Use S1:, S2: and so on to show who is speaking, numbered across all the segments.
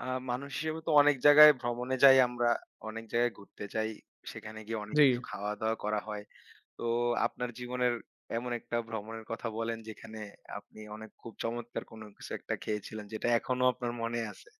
S1: আ মানুষ হিসেবে তো অনেক জায়গায় ভ্রমণে যাই আমরা, অনেক জায়গায় ঘুরতে যাই। সেখানে গিয়ে অনেক
S2: জি।
S1: কিছু খাওয়া-দাওয়া করা হয়। তো আপনার জীবনের এমন একটা ভ্রমণের কথা বলেন যেখানে আপনি অনেক খুব চমৎকার কোনো কিছু একটা খেয়েছিলেন যেটা এখনো আপনার মনে আছে?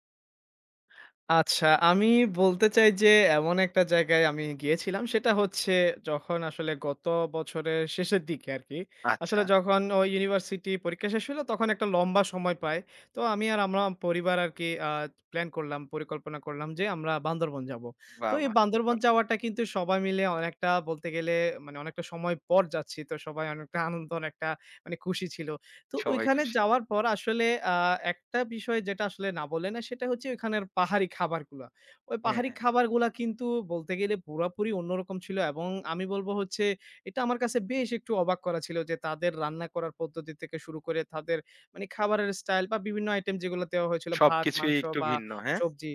S2: আচ্ছা, আমি বলতে চাই যে এমন একটা জায়গায় আমি গিয়েছিলাম। সেটা হচ্ছে যখন আসলে গত বছরের শেষের দিকে আরকি।
S1: আচ্ছা।
S2: আসলে যখন ওই ইউনিভার্সিটি পরীক্ষা শেষ হলো তখন একটা লম্বা সময় পাই। তো আমি আর আমরা পরিবার আরকি প্ল্যান করলাম, পরিকল্পনা করলাম যে আমরা বান্দরবন যাবো। তো
S1: বাহ!
S2: এই
S1: বাহ! খুব
S2: বান্দরবন
S1: ভালো।
S2: যাওয়াটা কিন্তু সবাই মিলে অনেকটা বলতে গেলে মানে অনেকটা সময় পর যাচ্ছি। তো সবাই অনেকটা আনন্দ, অনেকটা মানে খুশি ছিল। তো
S1: সবাই
S2: ওইখানে
S1: খুশি।
S2: যাওয়ার পর আসলে আ একটা বিষয় যেটা আসলে না বলে না সেটা হচ্ছে ওইখানের পাহাড়ি খাবারগুলা। ওই
S1: হ্যাঁ,
S2: পাহাড়ি
S1: হ্যাঁ।
S2: খাবারগুলা কিন্তু বলতে গেলে পুরাপুরি অন্যরকম ছিল এবং আমি বলব হচ্ছে এটা আমার কাছে বেশ একটু অবাক করা ছিল যে তাদের রান্না করার পদ্ধতি থেকে শুরু করে তাদের মানে খাবারের স্টাইল বা বিভিন্ন আইটেম যেগুলো দেওয়া হয়েছিল ভাত,
S1: সবকিছুই
S2: মাংস
S1: একটু
S2: বা
S1: ভিন্ন, হ্যাঁ?
S2: সবজি।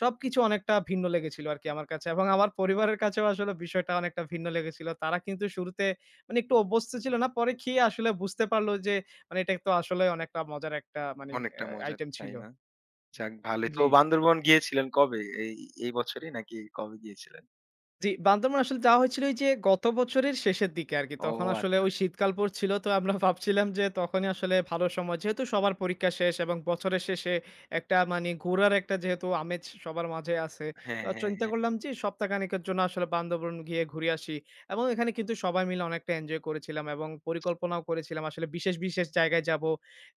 S2: সবকিছু অনেকটা ভিন্ন লেগেছিল আরকি আমার কাছে, এবং আমার পরিবারের কাছেও আসলে বিষয়টা অনেকটা ভিন্ন লেগেছিল। তারা কিন্তু শুরুতে মানে একটু অভ্যস্ত ছিল না। পরে খেয়ে আসলে বুঝতে পারল যে মানে এটা তো আসলে অনেকটা মজার একটা মানে আ
S1: অনেকটা মজার,
S2: আইটেম
S1: তাই
S2: ছিল।
S1: না? যাক ভালোই।
S2: জি।
S1: তো বান্দরবন গিয়েছিলেন কবে? এই বছরই নাকি কবে গিয়েছিলেন?
S2: জি, বান্দরবান আসলে যাওয়া হয়েছিল ওই যে গত বছরের শেষের দিকে আরকি।
S1: ও
S2: তখন আসলে
S1: আচ্ছা,
S2: ওই
S1: আচ্ছা।
S2: শীতকাল পড়ছিল। তো আমরা ভাবছিলাম যে তখনই আসলে ভালো সময়। যেহেতু সবার পরীক্ষা শেষ এবং বছরের শেষে একটা মানে ঘোরার একটা যেহেতু আমেজ সবার মাঝে আছে। তো
S1: হ্যাঁ,
S2: আর
S1: হ্যাঁ,
S2: চিন্তা
S1: হ্যাঁ।
S2: করলাম যে সপ্তাহখানেকের জন্য আসলে বান্দরবন গিয়ে ঘুরে আসি। এবং এখানে কিন্তু সবাই মিলে অনেকটা এনজয় করেছিলাম, এবং পরিকল্পনাও করেছিলাম আসলে বিশেষ, বিশেষ জায়গায় যাবো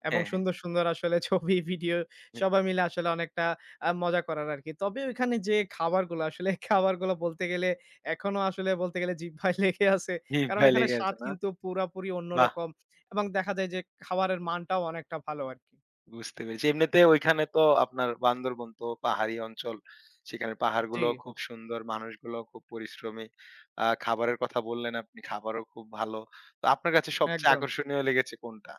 S2: এবং
S1: হ্যাঁ, হ্যাঁ।
S2: সুন্দর, সুন্দর আসলে ছবি, ভিডিও সবাই মিলে আসলে অনেকটা মজা করার আরকি। তবে ওইখানে যে খাবারগুলো আসলে খাবারগুলো বলতে গেলে এখনো আসলে বলতে গেলে জিহ্বায় লেগে আছে।
S1: হিম
S2: কারণ
S1: ভাই
S2: এখানে
S1: লেগে
S2: স্বাদ
S1: আছে না?
S2: কিন্তু পুরাপুরি
S1: বাহ!
S2: অন্যরকম, এবং দেখা যায় যে খাবারের মানটাও অনেকটা ভালো আরকি।
S1: বুঝতে পেরেছি। এমনিতে ওইখানে তো আপনার বান্দরবন তো পাহাড়ি অঞ্চল। সেখানে
S2: জি,
S1: পাহাড়গুলো খুব সুন্দর, মানুষগুলো খুব পরিশ্রমী। খাবারের কথা বললেন আপনি, খাবারও খুব ভালো। তো আপনার কাছে সবচেয়ে
S2: একদম।
S1: আকর্ষণীয় লেগেছে কোনটা?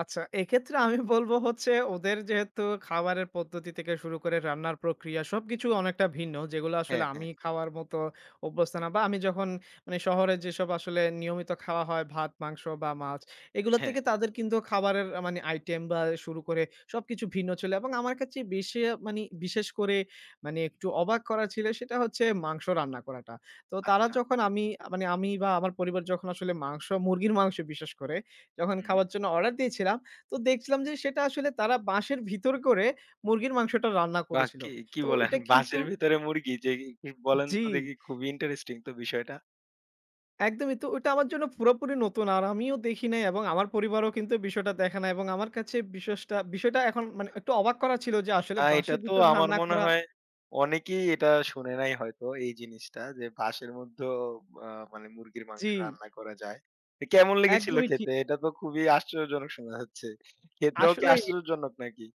S2: আচ্ছা, এক্ষেত্রে আমি বলব হচ্ছে ওদের যেহেতু খাবারের পদ্ধতি থেকে শুরু করে রান্নার প্রক্রিয়া সবকিছু অনেকটা ভিন্ন। যেগুলো আসলে
S1: হ্যাঁ,
S2: আমি
S1: হ্যাঁ,
S2: খাওয়ার মতো অভ্যস্ত না, বা আমি যখন মানে শহরে যেসব আসলে নিয়মিত খাওয়া হয় ভাত, মাংস বা মাছ, এগুলো
S1: হ্যাঁ।
S2: থেকে তাদের কিন্তু খাবারের মানে আইটেম বা শুরু করে সবকিছু ভিন্ন ছিল, এবং আমার কাছে বেশি মানি বিশেষ করে মানে একটু অবাক করা ছিল সেটা হচ্ছে মাংস রান্না করাটা। তো তারা
S1: আচ্ছা।
S2: যখন আমি মানে আমি বা আমার পরিবার যখন আসলে মাংস মুরগির মাংস বিশেষ করে যখন
S1: হুম।
S2: খাওয়ার জন্য অর্ডার দিয়েছিলাম, তো দেখছিলাম যে সেটা আসলে তারা বাঁশের ভিতর করে মুরগির মাংসটা রান্না
S1: বাহ!
S2: করেছিল।
S1: কি, কি
S2: তো
S1: বলেন?
S2: ওটা কিন্তু
S1: বাঁশের ভিতরে মুরগি যে কি বলেন
S2: জি,
S1: তো দেখি খুবই ইন্টারেস্টিং তো বিষয়টা।
S2: একদমই। তো ওটা আমার জন্য পুরোপুরি নতুন। আর আমিও দেখি নাই, এবং আমার পরিবারও কিন্তু বিষয়টা দেখে নাই, এবং আমার কাছে বিশেষটা বিষয়টা এখন মানে একটু অবাক করা ছিল যে আসলে
S1: না, এটা
S2: বাঁশের
S1: তো
S2: ভিতর
S1: আমার
S2: রান্না
S1: মনে
S2: করা।
S1: হয় অনেকেই এটা শুনে নাই হয়তো এই জিনিসটা যে বাঁশের মধ্যেও আ মানে মুরগির
S2: জি,
S1: মাংস রান্না করা যায়। তো কেমন লেগেছিল
S2: একদমই ঠিক।
S1: খেতে? এটা তো খুবই আশ্চর্যজনক শোনা যাচ্ছে। খেতেও কি
S2: আসলেই।
S1: আশ্চর্যজনক নাকি?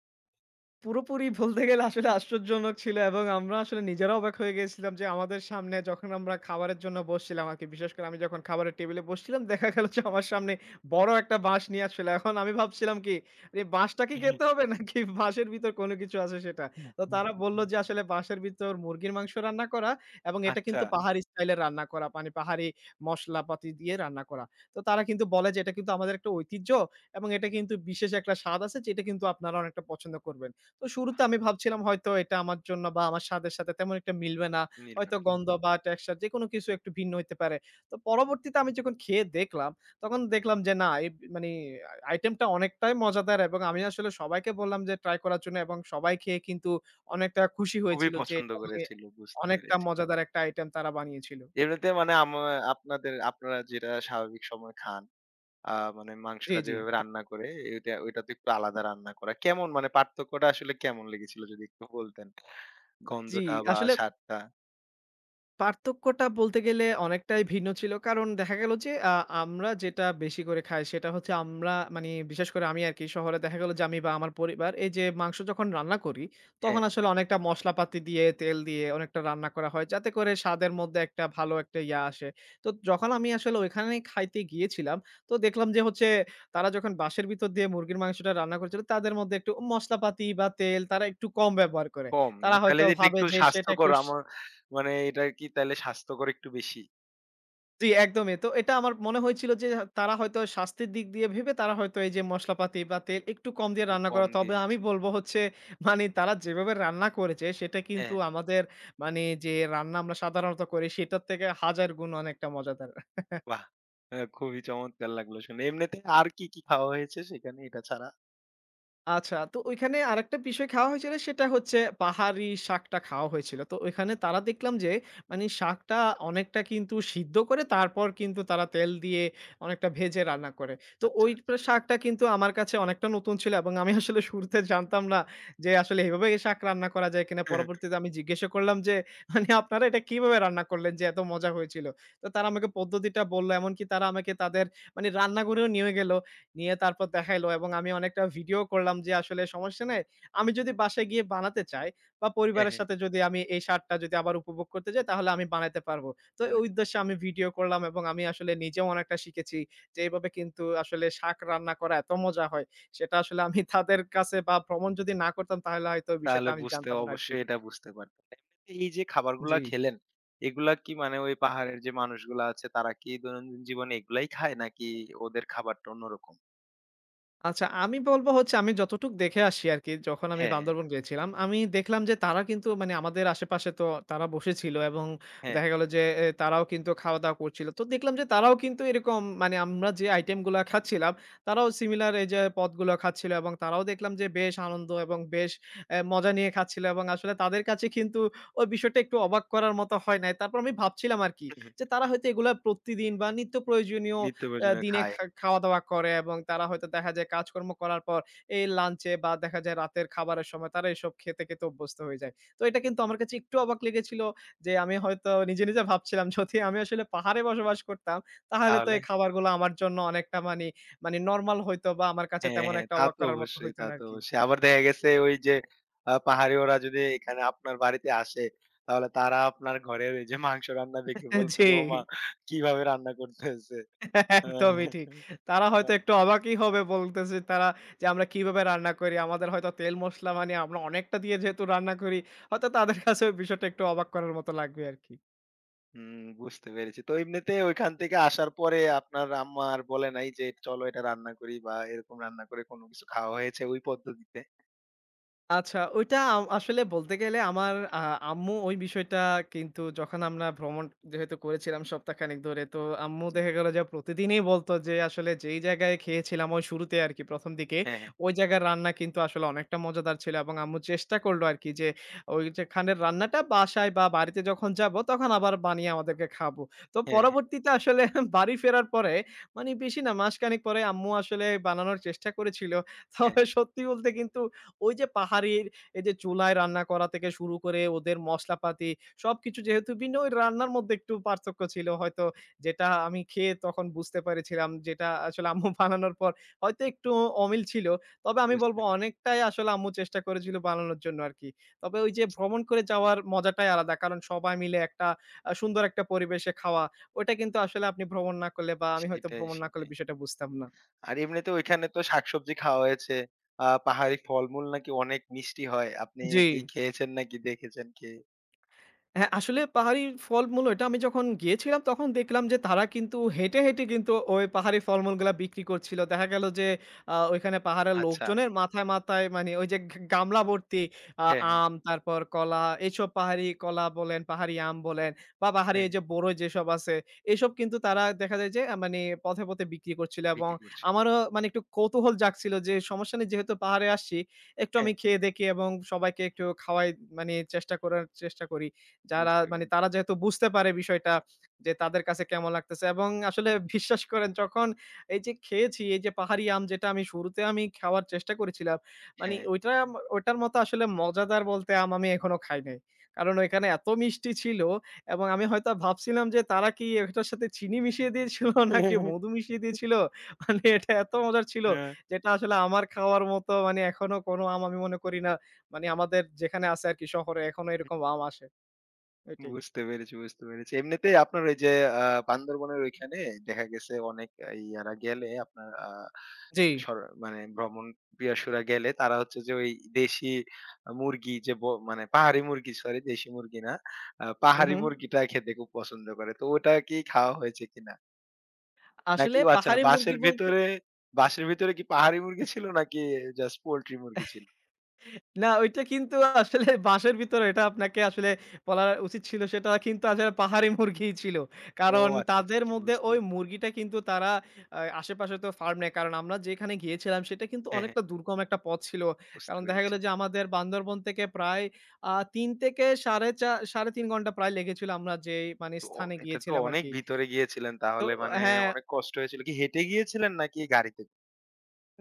S2: পুরোপুরি বলতে গেলে আসলে আশ্চর্যজনক ছিল, এবং আমরা আসলে নিজেরাও অবাক হয়ে গেছিলাম যে আমাদের সামনে যখন আমরা খাবারের জন্য বসছিলাম আরকি, বিশেষ করে আমি যখন খাবারের টেবিলে বসছিলাম দেখা গেল যে আমার সামনে বড় একটা বাঁশ নিয়ে আসছিল। এখন আমি ভাবছিলাম কি এই বাঁশটা কি খেতে হবে, নাকি বাঁশের ভিতর কোনো কিছু আছে সেটা। তো তারা বলল যে আসলে বাঁশের ভিতর মুরগির মাংস রান্না করা, এবং এটা
S1: আচ্ছা,
S2: কিন্তু পাহাড়ি স্টাইলে রান্না করা মানে পাহাড়ি মশলাপাতি দিয়ে রান্না করা। তো তারা কিন্তু বলে যে এটা কিন্তু আমাদের একটা ঐতিহ্য, এবং এটা কিন্তু বিশেষ একটা স্বাদ আছে যেটা কিন্তু আপনারা অনেকটা পছন্দ করবেন। তো শুরুতে আমি ভাবছিলাম হয়তো এটা আমার জন্য বা আমার স্বাদের সাথে তেমন একটা মিলবে না। হয়তো
S1: নির্মাণ।
S2: গন্ধ বা টেক্সচার যেকোনো কিছু একটু ভিন্ন হইতে পারে। তো পরবর্তীতে আমি যখন খেয়ে দেখলাম, তখন দেখলাম যে না, এই মানে আইটেমটা অনেকটাই মজাদার, এবং আমি আসলে সবাইকে বললাম যে ট্রাই করার জন্য, এবং সবাই খেয়ে কিন্তু অনেকটা খুশি
S1: খুবই
S2: হয়েছিল যে
S1: পছন্দ
S2: এটা মানে
S1: করেছিল, বুঝতে
S2: অনেকটা
S1: পেরেছি।
S2: মজাদার একটা আইটেম তারা বানিয়েছিল।
S1: এমনিতে মানে আপনারা যেটা স্বাভাবিক সময় খান আ মানে
S2: জি,
S1: মাংসটা
S2: জি।
S1: যেভাবে রান্না করে এটা ওইটা তো একটু আলাদা রান্না করা। কেমন মানে পার্থক্যটা আসলে কেমন লেগেছিল যদি একটু বলতেন?
S2: জি,
S1: গন্ধটা বা
S2: আসলে
S1: স্বাদটা?
S2: পার্থক্যটা বলতে গেলে অনেকটাই ভিন্ন ছিল। কারণ দেখা গেল যে আমরা যেটা বেশি করে খাই সেটা হচ্ছে আমরা মানে বিশেষ করে আমি আরকি শহরে দেখা গেল যে আমি বা আমার পরিবার এই যে মাংস যখন রান্না করি তখন
S1: হ্যাঁ,
S2: আসলে অনেকটা মশলাপাতি দিয়ে, তেল দিয়ে অনেকটা রান্না করা হয় যাতে করে স্বাদের মধ্যে একটা ভালো একটা ইয়া আসে। তো যখন আমি আসলে ওইখানে খাইতে গিয়েছিলাম, তো দেখলাম যে হচ্ছে তারা যখন বাঁশের ভিতর দিয়ে মুরগির মাংসটা রান্না করছিল তাদের মধ্যে একটু মশলাপাতি বা তেল তারা একটু কম ব্যবহার করে।
S1: কম না?
S2: তারা
S1: তাহলে
S2: হয়তো
S1: এটা
S2: ভাবে
S1: একটু
S2: যে সেটা
S1: স্বাস্থ্যকর
S2: একটু স
S1: আমার মানে এটা কি তাহলে স্বাস্থ্যকর একটু বেশি?
S2: জি, একদমই। তো এটা আমার মনে হয়েছিল যে তারা হয়তো স্বাস্থ্যের দিক দিয়ে ভেবে তারা হয়তো এই যে মশলাপাতি বা তেল একটু কম দিয়ে
S1: একটু
S2: রান্না
S1: কম
S2: করা। তবে আমি
S1: দিয়েছে।
S2: বলব হচ্ছে মানে তারা যেভাবে রান্না করেছে সেটা কিন্তু
S1: হ্যাঁ,
S2: আমাদের মানে যে রান্না আমরা সাধারণত করি সেটার থেকে হাজার গুণ অনেকটা মজাদার।
S1: বাহ! খুবই চমৎকার লাগলো শুনে। এমনিতে আর কি, কি খাওয়া হয়েছে সেখানে এটা ছাড়া?
S2: আচ্ছা, তো ওইখানে আরেকটা বিষয় খাওয়া হয়েছিল সেটা হচ্ছে পাহাড়ি শাকটা খাওয়া হয়েছিল। তো ওইখানে তারা দেখলাম যে মানে শাকটা অনেকটা কিন্তু সিদ্ধ করে তারপর কিন্তু তারা তেল দিয়ে অনেকটা ভেজে রান্না করে। তো
S1: আচ্ছা,
S2: ওই
S1: আচ্ছা।
S2: শাকটা কিন্তু আমার কাছে অনেকটা নতুন ছিল, এবং আমি আসলে শুরুতে জানতাম না যে আসলে এভাবে শাক রান্না করা যায় কিনা। পরবর্তীতে আমি জিজ্ঞাসা করলাম যে মানে আপনারা এটা কিভাবে রান্না করলেন যে এত মজা হয়েছিল? তো তারা আমাকে পদ্ধতিটা বলল। এমনকি তারা আমাকে তাদের মানে রান্নাঘরেও নিয়ে গেল। নিয়ে তারপর দেখাইলো, এবং আমি অনেকটা ভিডিও করলাম যে আসলে সমস্যা নাই। আমি যদি বাসায় গিয়ে বানাতে চাই, বা
S1: হ্যাঁ,
S2: পরিবারের
S1: হ্যাঁ।
S2: সাথে যদি আমি এই স্বাদটা যদি আবার উপভোগ করতে চাই, তাহলে আমি বানাইতে পারবো। তো
S1: মানে
S2: ওই উদ্দেশ্যে আমি ভিডিও করলাম, এবং আমি আসলে নিজেও অনেকটা শিখেছি যে এভাবে কিন্তু আসলে শাক রান্না করা এত মজা হয়। সেটা আসলে আমি তাদের কাছে বা ভ্রমণ যদি না করতাম তাহলে হয়তো ওই বিষয়টা
S1: তাহলে
S2: আমি
S1: বুঝতে
S2: জানতাম না আরকি।
S1: অবশ্যই এটা বুঝতে পারতেন। এমনিতে এই যে
S2: জি।
S1: খাবারগুলা খেলেন, এগুলা কি মানে ওই পাহাড়ের যে মানুষগুলা আছে তারা কি দৈনন্দিন জীবনে এগুলাই খায় নাকি ওদের খাবারটা অন্যরকম?
S2: আচ্ছা, আমি বলব হচ্ছে আমি যতটুক দেখে আসি আরকি যখন আমি
S1: হ্যাঁ,
S2: বান্দরবন গিয়েছিলাম। আমি দেখলাম যে তারা কিন্তু মানে আমাদের আশেপাশে তো তারা বসেছিল, এবং
S1: হ্যাঁ,
S2: দেখা গেল যে তারাও কিন্তু খাওয়া-দাওয়া করছিল। তো দেখলাম যে তারাও কিন্তু এরকম মানে আমরা যে আইটেম গুলা খাচ্ছিলাম, তারাও সিমিলার এই যে পদগুলো খাচ্ছিল, এবং তারাও দেখলাম যে বেশ আনন্দ এবং বেশ মজা নিয়ে খাচ্ছিল, এবং আসলে তাদের কাছে কিন্তু ওই বিষয়টা একটু অবাক করার মতো হয় নাই। তারপর আমি ভাবছিলাম আরকি
S1: হ্যাঁ।
S2: যে তারা হয়তো এগুলা প্রতিদিন বা নিত্য প্রয়োজনীয়
S1: নিত্য প্রয়োজনীয়
S2: দিনে
S1: খায়।
S2: খাওয়া-দাওয়া করে, এবং তারা হয়তো দেখা যায় কাজকর্ম করার পর এই লাঞ্চে বা দেখা যায় রাতের খাবারের সময় তারা এসব খেতে, খেতে অভ্যস্ত হয়ে যায়। তো এটা কিন্তু আমার কাছে একটু অবাক লেগেছিল যে আমি হয়তো নিজে, নিজে ভাবছিলাম যদি আমি আসলে পাহাড়ে বসবাস করতাম, তাহলে তো
S1: তাহলে?
S2: এই খাবারগুলো আমার জন্য অনেকটা মানি, মানে নরমাল হইতো বা আমার কাছে
S1: হ্যাঁ,
S2: তেমন
S1: হ্যাঁ।
S2: একটা
S1: তা
S2: অবাক
S1: তো
S2: করার মতো
S1: অবশ্যই,
S2: হইতো
S1: তা
S2: না
S1: তো
S2: আরকি।
S1: অবশ্যই। আবার দেখা গেছে ওই যে পাহাড়ি ওরা যদি এখানে আপনার বাড়িতে আসে তাহলে তারা আপনার ঘরের ওই যে মাংস রান্না দেখে বলবে
S2: জি।
S1: যে, "ওমা! কিভাবে রান্না করতেছে?"
S2: একদমই ঠিক।
S1: হ্যাঁ।
S2: তারা হয়তো
S1: হ্যাঁ।
S2: একটু অবাকই হবে বলতেছে তারা যে, আমরা কিভাবে রান্না করি। আমাদের হয়তো তেল মসলা মানে আমরা অনেকটা দিয়ে যেহেতু রান্না করি, হয়তো তাদের কাছে ওই বিষয়টা একটু অবাক করার মতো লাগবে আরকি।
S1: হুম, বুঝতে পেরেছি। তো এমনিতে ঐখান থেকে আসার পরে আপনার আম্মা আর বলে নাই যে, "চলো এটা রান্না করি" বা এরকম রান্না করে কোনো কিছু খাওয়া হয়েছে ওই পদ্ধতিতে?
S2: আচ্ছা, ওইটা আসলে বলতে গেলে আমার আম্মু ওই বিষয়টা কিন্তু যখন আমরা ভ্রমণ যেহেতু করেছিলাম সপ্তাহখানেক ধরে, তো আম্মু
S1: জি।
S2: দেখা গেল যে প্রতিদিনই বলত যে আসলে যেই জায়গায় খেয়েছিলাম ওই শুরুতে আরকি ১ম দিকে,
S1: হ্যাঁ, হ্যাঁ।
S2: ওই জায়গার রান্না কিন্তু আসলে অনেকটা মজাদার ছিল, এবং আম্মু চেষ্টা করল আরকি যে ওই যেখানের রান্নাটা বাসায় বা বাড়িতে যখন যাব তখন আবার বানিয়ে আমাদেরকে খাবো। তো
S1: হ্যাঁ, হ্যাঁ,
S2: পরবর্তীতে আসলে বাড়ি ফেরার পরে মানে বেশি না মাসখানেক পরে আম্মু আসলে বানানোর চেষ্টা করেছিল।
S1: হ্যাঁ।
S2: তবে সত্যি বলতে কিন্তু ওই যে পাহাড়ির এই যে চুলায় রান্না করা থেকে শুরু করে ওদের মশলাপাতি সবকিছু যেহেতু ভিন্ন ওই রান্নার মধ্যে একটু পার্থক্য ছিল হয়তো, যেটা আমি খেয়ে তখন বুঝতে পেরেছিলাম, যেটা আসলে আম্মু বানানোর পর হয়তো একটু অমিল ছিল। তবে আমি
S1: বুঝতে
S2: বলব
S1: পেরেছি।
S2: অনেকটাই আসলে আম্মু চেষ্টা করেছিল বানানোর জন্য আরকি। তবে ওই যে ভ্রমণ করে যাওয়ার মজাটাই আলাদা। কারণ সবাই মিলে একটা সুন্দর একটা পরিবেশে খাওয়া। ওইটা কিন্তু আসলে আপনি ভ্রমণ না করলে বা আমি হয়তো
S1: সেটাই,
S2: ভ্রমণ না করলে
S1: সেটাই।
S2: বিষয়টা বুঝতাম না।
S1: আর এমনিতে ঐখানে তো শাকসবজি খাওয়া হয়েছে। পাহাড়ি ফলমূল নাকি অনেক মিষ্টি হয়। আপনি
S2: জি।
S1: কি খেয়েছেন নাকি দেখেছেন খেয়ে?
S2: হ্যাঁ, আসলে পাহাড়ি ফলমূল এটা আমি যখন গিয়েছিলাম তখন দেখলাম যে তারা কিন্তু হেঁটে, হেঁটে কিন্তু ওই পাহাড়ি ফলমূলগুলা বিক্রি করছিল। দেখা গেল যে ওইখানে পাহাড়ের
S1: আচ্ছা।
S2: লোকজনের মাথায়, মাথায় মানে ওই যে গামলা ভর্তি
S1: হ্যাঁ, হ্যাঁ,
S2: আম, তারপর কলা এসব পাহাড়ি কলা বলেন, পাহাড়ি আম বলেন, বা পাহাড়ি
S1: হ্যাঁ,
S2: এই
S1: হ্যাঁ।
S2: যে বড়ই যেসব আছে এসব কিন্তু তারা দেখা যায় যে মানে পথে, পথে বিক্রি করছিল, এবং
S1: বিক্রি করছে।
S2: আমারও মানে একটু কৌতূহল জাগছিল যে সমস্যা নেই যেহেতু পাহাড়ে আসছি একটু
S1: হ্যাঁ,
S2: আমি খেয়ে দেখি এবং সবাইকে একটু খাওয়াই মানে চেষ্টা করার চেষ্টা করি। যারা
S1: বুঝতে
S2: মানে
S1: পেরেছি।
S2: তারা যেহেতু বুঝতে পারে বিষয়টা যে তাদের কাছে কেমন লাগতেছে, এবং আসলে বিশ্বাস করেন যখন এই যে খেয়েছি এই যে পাহাড়ি আম যেটা আমি শুরুতে আমি খাওয়ার চেষ্টা করেছিলাম মানে
S1: হ্যাঁ।
S2: ওইটা ওইটার মতো আসলে মজাদার বলতে আম আমি এখনো খাই নাই। কারণ ওইখানে এত মিষ্টি ছিল, এবং আমি হয়তো ভাবছিলাম যে তারা কি এটার সাথে চিনি মিশিয়ে দিয়েছিল নাকি মধু মিশিয়ে দিয়েছিল। মানে এটা এত মজার ছিল যেটা আসলে আমার খাওয়ার মতো মানে এখনো কোনো আম আমি মনে করি না মানে আমাদের যেখানে আছে আর কি শহরে এখনো এরকম আম আসে ওইটাই।
S1: বুঝতে পেরেছি, বুঝতে পেরেছি। এমনিতেই আপনার ওই যে আ বান্দরবনের ওইখানে দেখা গেছে অনেক ইয়ারা গেলে আপনার
S2: জি।
S1: সর মানে ভ্রমণ পিয়াসুরা গেলে তারা হচ্ছে যে ওই দেশি মুরগি যে মানে পাহাড়ি মুরগি সরি দেশি মুরগি না।
S2: হু,
S1: পাহাড়ি
S2: হু।
S1: মুরগিটা খেতে খুব পছন্দ করে। তো ওটা কি খাওয়া হয়েছে কিনা?
S2: আসলে
S1: নাকি ও আচ্ছা
S2: পাহাড়ি মুরগি
S1: বাসের
S2: বলতে
S1: ভিতরে বাসের ভিতরে কি পাহাড়ি মুরগি ছিল নাকি জাস্ট পোল্ট্রি মুরগি ছিল?
S2: না, ওইটা কিন্তু আসলে বাঁশের ভিতরে এটা আপনাকে আসলে বলা উচিত ছিল সেটা কিন্তু আসলে পাহাড়ি মুরগিই ছিল।
S1: ও
S2: কারণ
S1: আচ্ছা, আচ্ছা,
S2: তাদের
S1: আচ্ছা
S2: মধ্যে
S1: বুঝতে
S2: ওই
S1: পেরেছি।
S2: মুরগিটা কিন্তু তারা আশেপাশে তো ফার্ম নেই। কারণ আমরা যেখানে গিয়েছিলাম সেটা কিন্তু
S1: হ্যাঁ, হ্যাঁ
S2: অনেকটা দুর্গম একটা পথ ছিল।
S1: বুঝতে
S2: কারণ দেখা গেল
S1: পেরেছি।
S2: যে আমাদের বান্দরবন থেকে প্রায় ৩ থেকে সাড়ে চা ৩.৫ ঘন্টা প্রায় লেগেছিল আমরা যেই মানে
S1: তো
S2: স্থানে
S1: এটা তো
S2: গিয়েছিলাম
S1: অনেক
S2: আরকি।
S1: ভিতরে গিয়েছিলেন
S2: তো
S1: তাহলে মানে
S2: হ্যাঁ,
S1: অনেক কষ্ট হয়েছিল। কি হেঁটে গিয়েছিলেন নাকি গাড়িতে?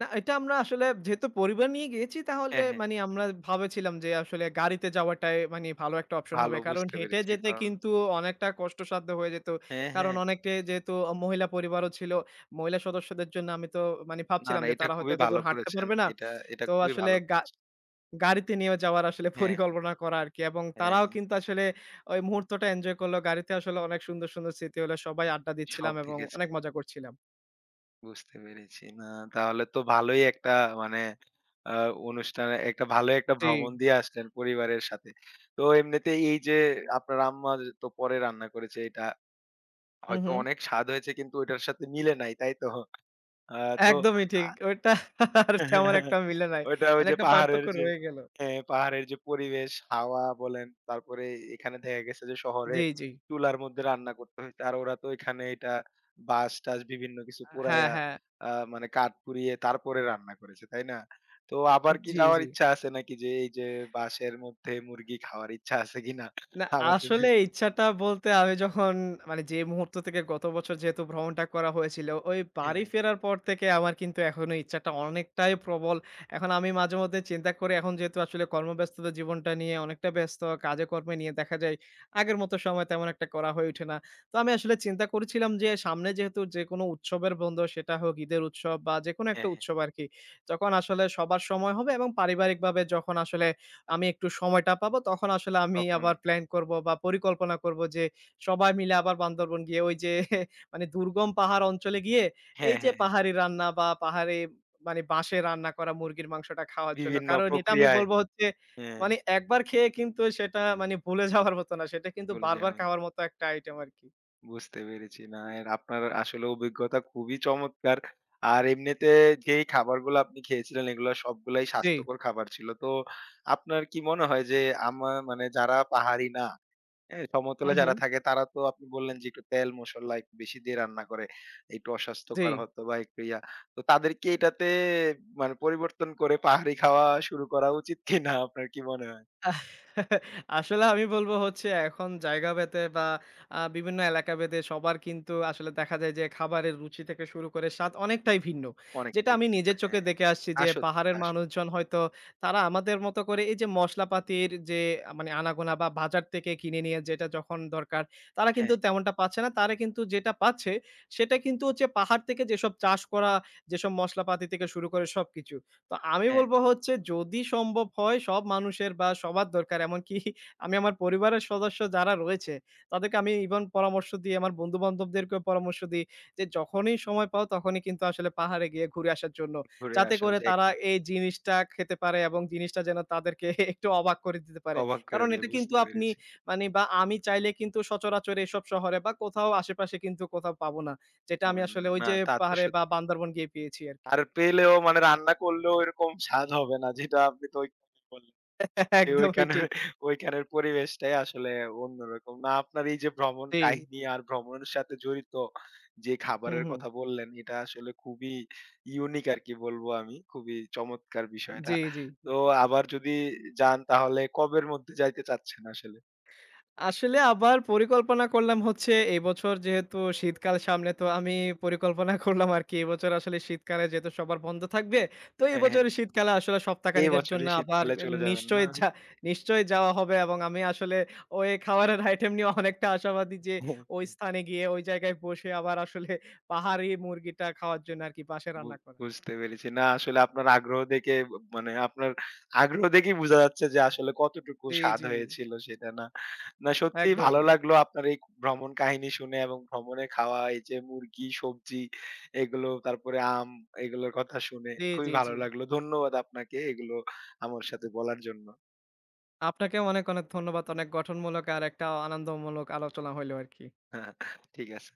S2: না, এটা আমরা আসলে যেহেতু পরিবার নিয়ে গিয়েছি তাহলে
S1: হ্যাঁ, হ্যাঁ।
S2: মানে আমরা ভাবেছিলাম যে আসলে গাড়িতে যাওয়াটাই মানে ভালো একটা অপশন হবে।
S1: ভালো
S2: কারণ
S1: বুঝতে
S2: হেঁটে
S1: পেরেছি।
S2: যেতে
S1: কারণ
S2: কিন্তু অনেকটা কষ্টসাধ্য হয়ে যেত।
S1: হ্যাঁ,
S2: কারণ
S1: হ্যাঁ।
S2: অনেকে যেহেতু মহিলা পরিবারও ছিল, মহিলা সদস্যদের জন্য আমি তো মানে
S1: না,
S2: ভাবছিলাম
S1: না
S2: যে
S1: এটা
S2: তারা হয়তো
S1: খুবই ভালো
S2: এতদূর হাঁটতে
S1: করেছেন।
S2: পারবে না।
S1: এটা এটা
S2: তো
S1: খুবই
S2: আসলে
S1: ভালো করেছেন।
S2: গাড়িতে নিয়ে যাওয়ার আসলে
S1: হ্যাঁ,
S2: পরিকল্পনা করা আরকি। এবং
S1: হ্যাঁ,
S2: তারাও
S1: হ্যাঁ।
S2: কিন্তু আসলে ওই মুহূর্তটা এনজয় করল। গাড়িতে আসলে অনেক সুন্দর, সুন্দর স্মৃতি হলো। সবাই আড্ডা দিচ্ছিলাম
S1: সব
S2: এবং
S1: দেখেছি।
S2: অনেক মজা করছিলাম।
S1: বুঝতে পেরেছি। না তাহলে তো ভালোই একটা মানে আ অনুষ্ঠানে একটা ভালো একটা
S2: জি।
S1: ভ্রমণ দিয়ে আসলেন পরিবারের সাথে। তো এমনিতে এই যে আপনার আম্মা যে তো পরে রান্না করেছে এটা
S2: হু,
S1: হয়তো
S2: হু।
S1: অনেক স্বাদ হয়েছে কিন্তু ওইটার সাথে মিলে নাই, তাই তো? আ তো
S2: একদমই
S1: আ
S2: ঠিক। ওইটা আর তেমন একটা মিলে নাই।
S1: ওইটা ওই
S2: মানে
S1: যে
S2: একটা
S1: পাহাড়ের
S2: পার্থক্য
S1: যে
S2: রয়ে গেল।
S1: হ্যাঁ, পাহাড়ের যে পরিবেশ, হাওয়া বলেন, তারপরে এখানে দেখা গেছে যে শহরে
S2: জি, জি।
S1: চুলার মধ্যে রান্না করতে হইতো। আর ওরা তো এখানে এটা বাঁশ-টাশ বিভিন্ন কিছু
S2: হ্যাঁ,
S1: পোড়াইয়া
S2: হ্যাঁ।
S1: মানে কাঠ পুড়িয়ে তারপরে রান্না করেছে, তাই না? তো আবার কি
S2: জি,
S1: যাওয়ার
S2: জি।
S1: ইচ্ছা আছে নাকি যে এই যে বাঁশের মধ্যে মুরগি খাওয়ার ইচ্ছা আছে কিনা?
S2: না,
S1: আমার জন্য
S2: আসলে ইচ্ছাটা বলতে আমি যখন মানে যে মুহূর্ত থেকে গত বছর যেহেতু ভ্রমণটা করা হয়েছিল, ওই বাড়ি
S1: হ্যাঁ,
S2: ফেরার পর থেকে আমার কিন্তু এখনো ইচ্ছাটা অনেকটাই প্রবল। এখন আমি মাঝে মধ্যে চিন্তা করি এখন যেহেতু আসলে কর্মব্যস্ততা জীবনটা নিয়ে অনেকটা ব্যস্ত, কাজে কর্মে নিয়ে দেখা যায় আগের মতো সময় তেমন একটা করা হয়ে ওঠে না। তো আমি আসলে চিন্তা করেছিলাম যে সামনে যেহেতু যেকোনো উৎসবের বন্ধ সেটা হোক ঈদের উৎসব বা যেকোনো একটা
S1: হ্যাঁ, হ্যাঁ,
S2: উৎসব আরকি। যখন আসলে সবার সময় হবে এবং পারিবারিকভাবে যখন আসলে আমি একটু সময়টা পাবো তখন আসলে আমি
S1: তখন
S2: আবার প্ল্যান করবো বা পরিকল্পনা করবো যে সবাই মিলে আবার বান্দরবন গিয়ে ওই যে মানে দুর্গম পাহাড় অঞ্চলে গিয়ে এই
S1: হ্যাঁ,
S2: যে
S1: হ্যাঁ, হ্যাঁ,
S2: পাহাড়ি রান্না বা পাহাড়ে মানে বাঁশে রান্না করা মুরগির মাংসটা খাওয়ার জন্য।
S1: বিভিন্ন
S2: কারণ এটা আমি
S1: প্রক্রিয়ায়
S2: বলবো হচ্ছে
S1: হ্যাঁ,
S2: মানে একবার খেয়ে কিন্তু সেটা মানে ভুলে যাওয়ার মতো না। সেটা কিন্তু
S1: বলে যান।
S2: বারবার খাওয়ার মতো একটা আইটেম আরকি।
S1: বুঝতে পেরেছি। না, এর আপনার আসলে অভিজ্ঞতা খুবই চমৎকার। আর এমনিতে যেই খাবারগুলো আপনি খেয়েছিলেন এগুলা সবগুলাই
S2: জি।
S1: স্বাস্থ্যকর খাবার ছিল। তো আপনার কি মনে হয় যে মানে যারা পাহাড়ি না, হ্যাঁ?
S2: হু,
S1: সমতলে
S2: হু।
S1: যারা থাকে তারা তো আপনি বললেন যে একটু তেল মসল্লা একটু বেশি দিয়ে রান্না করে। একটু
S2: জি।
S1: অস্বাস্থ্যকর হতো বা একটু ইয়া। তো তাদেরকে এটাতে মানে পরিবর্তন করে পাহাড়ি খাওয়া শুরু করা উচিত কিনা আপনার কি মনে হয়?
S2: আহ আসলে আমি বলবো হচ্ছে এখন জায়গা ভেদে বা বিভিন্ন এলাকা ভেদে সবার কিন্তু আসলে দেখা যায় যে খাবারের রুচি থেকে শুরু করে স্বাদ অনেকটাই ভিন্ন। যেটা
S1: অনেকটাই
S2: আমি
S1: ভিন্ন
S2: নিজের চোখে
S1: হ্যাঁ।
S2: দেখে আসছি
S1: তা
S2: যে
S1: সত্যি,
S2: পাহাড়ের
S1: তা সত্যি।
S2: মানুষজন হয়তো তারা আমাদের মতো করে এই যে মশলাপাতির যে মানে আনাগোনা বা বাজার থেকে কিনে নিয়ে যেটা যখন দরকার তারা কিন্তু
S1: হ্যাঁ,
S2: তেমনটা পাচ্ছে না। তারা কিন্তু যেটা পাচ্ছে সেটা কিন্তু হচ্ছে পাহাড় থেকে যেসব চাষ করা, যেসব মশলাপাতি থেকে শুরু করে সবকিছু। তো আমি
S1: হ্যাঁ।
S2: বলবো হচ্ছে যদি সম্ভব হয় সব মানুষের বা সবার দরকার। এমনকি আমি আমার পরিবারের সদস্য যারা রয়েছে, তাদেরকে আমি ইভেন পরামর্শ দিই, আমার বন্ধু-বান্ধবদেরকেও পরামর্শ দিই যে যখনই সময় পাও তখনই কিন্তু আসলে পাহাড়ে গিয়ে ঘুরে আসার জন্য।
S1: ঘুরে
S2: যাতে
S1: আসা
S2: করে
S1: যায়
S2: তারা
S1: একটা
S2: এই জিনিসটা খেতে পারে এবং জিনিসটা যেন তাদেরকে একটু অবাক করে দিতে পারে।
S1: অবাক করে
S2: কারণ
S1: দেয়,
S2: এটা কিন্তু
S1: বুঝতে
S2: আপনি
S1: পেরেছি।
S2: মানে বা আমি চাইলে কিন্তু সচরাচর এসব শহরে বা কোথাও আশেপাশে কিন্তু কোথাও পাবো না। যেটা আমি
S1: পাবেন না।
S2: আসলে ওই
S1: না,
S2: যে
S1: তা তো
S2: পাহাড়ে বা
S1: সত্যি।
S2: বান্দরবন গিয়ে পেয়েছি আরকি।
S1: আর পেলেও মানে রান্না করলেও এরকম স্বাদ হবে না যেটা আপনি তো ওইখানে বললেন। যে
S2: একদমই ঠিক।
S1: ওইখানের পরিবেশটাই আসলে অন্যরকম। না আপনার এই যে ভ্রমণ
S2: জি।
S1: কাহিনী আর ভ্রমণের সাথে জড়িত যে
S2: হুম,
S1: খাবারের
S2: হুম।
S1: কথা বললেন এটা আসলে খুবই ইউনিক আরকি বলবো আমি। খুবই চমৎকার বিষয়টা।
S2: জি, জি।
S1: তো আবার যদি যান তাহলে কবের মধ্যে যাইতে চাচ্ছেন আসলে?
S2: আসলে আবার পরিকল্পনা করলাম হচ্ছে এবছর যেহেতু শীতকাল সামনে তো আমি পরিকল্পনা করলাম আরকি এবছর আসলে শীতকালে যেহেতু সবার বন্ধ থাকবে। তো এই
S1: হ্যাঁ, হ্যাঁ।
S2: বছরের শীতকালে আসলে
S1: এই
S2: সপ্তাহখানেকের জন্য
S1: বছরই
S2: আবার
S1: শীতকালে চলে যাবেন
S2: নিশ্চয়ই যা নিশ্চয়ই যাওয়া হবে এবং আমি আসলে ওই খাবারের আইটেম নিয়ে অনেকটা আশাবাদী যে
S1: না?
S2: ওই স্থানে গিয়ে ওই জায়গায় বসে আবার আসলে পাহাড়ি মুরগিটা খাওয়ার জন্য আরকি বাসায়
S1: বু
S2: রান্না করা।
S1: বুঝতে পেরেছি। না আসলে আপনার আগ্রহ দেখে মানে আপনার আগ্রহ দেখেই বোঝা যাচ্ছে যে আসলে কতটুকু
S2: জি,
S1: স্বাদ
S2: জি।
S1: হয়েছিল সেটা না। না সত্যিই ভালো
S2: একদমই।
S1: লাগলো আপনার এই ভ্রমণ কাহিনী শুনে এবং ভ্রমণে খাওয়া এই যে মুরগি, সবজি এগুলো তারপরে এগুলোর কথা শুনে
S2: জি,
S1: খুবই
S2: জি, জি।
S1: ভালো লাগলো। ধন্যবাদ আপনাকে এগুলো আমার সাথে বলার জন্য।
S2: আপনাকেও অনেক, অনেক ধন্যবাদ। অনেক গঠনমূলক আর একটা আনন্দমূলক আলোচনা হইলো আরকি।
S1: ঠিক আছে।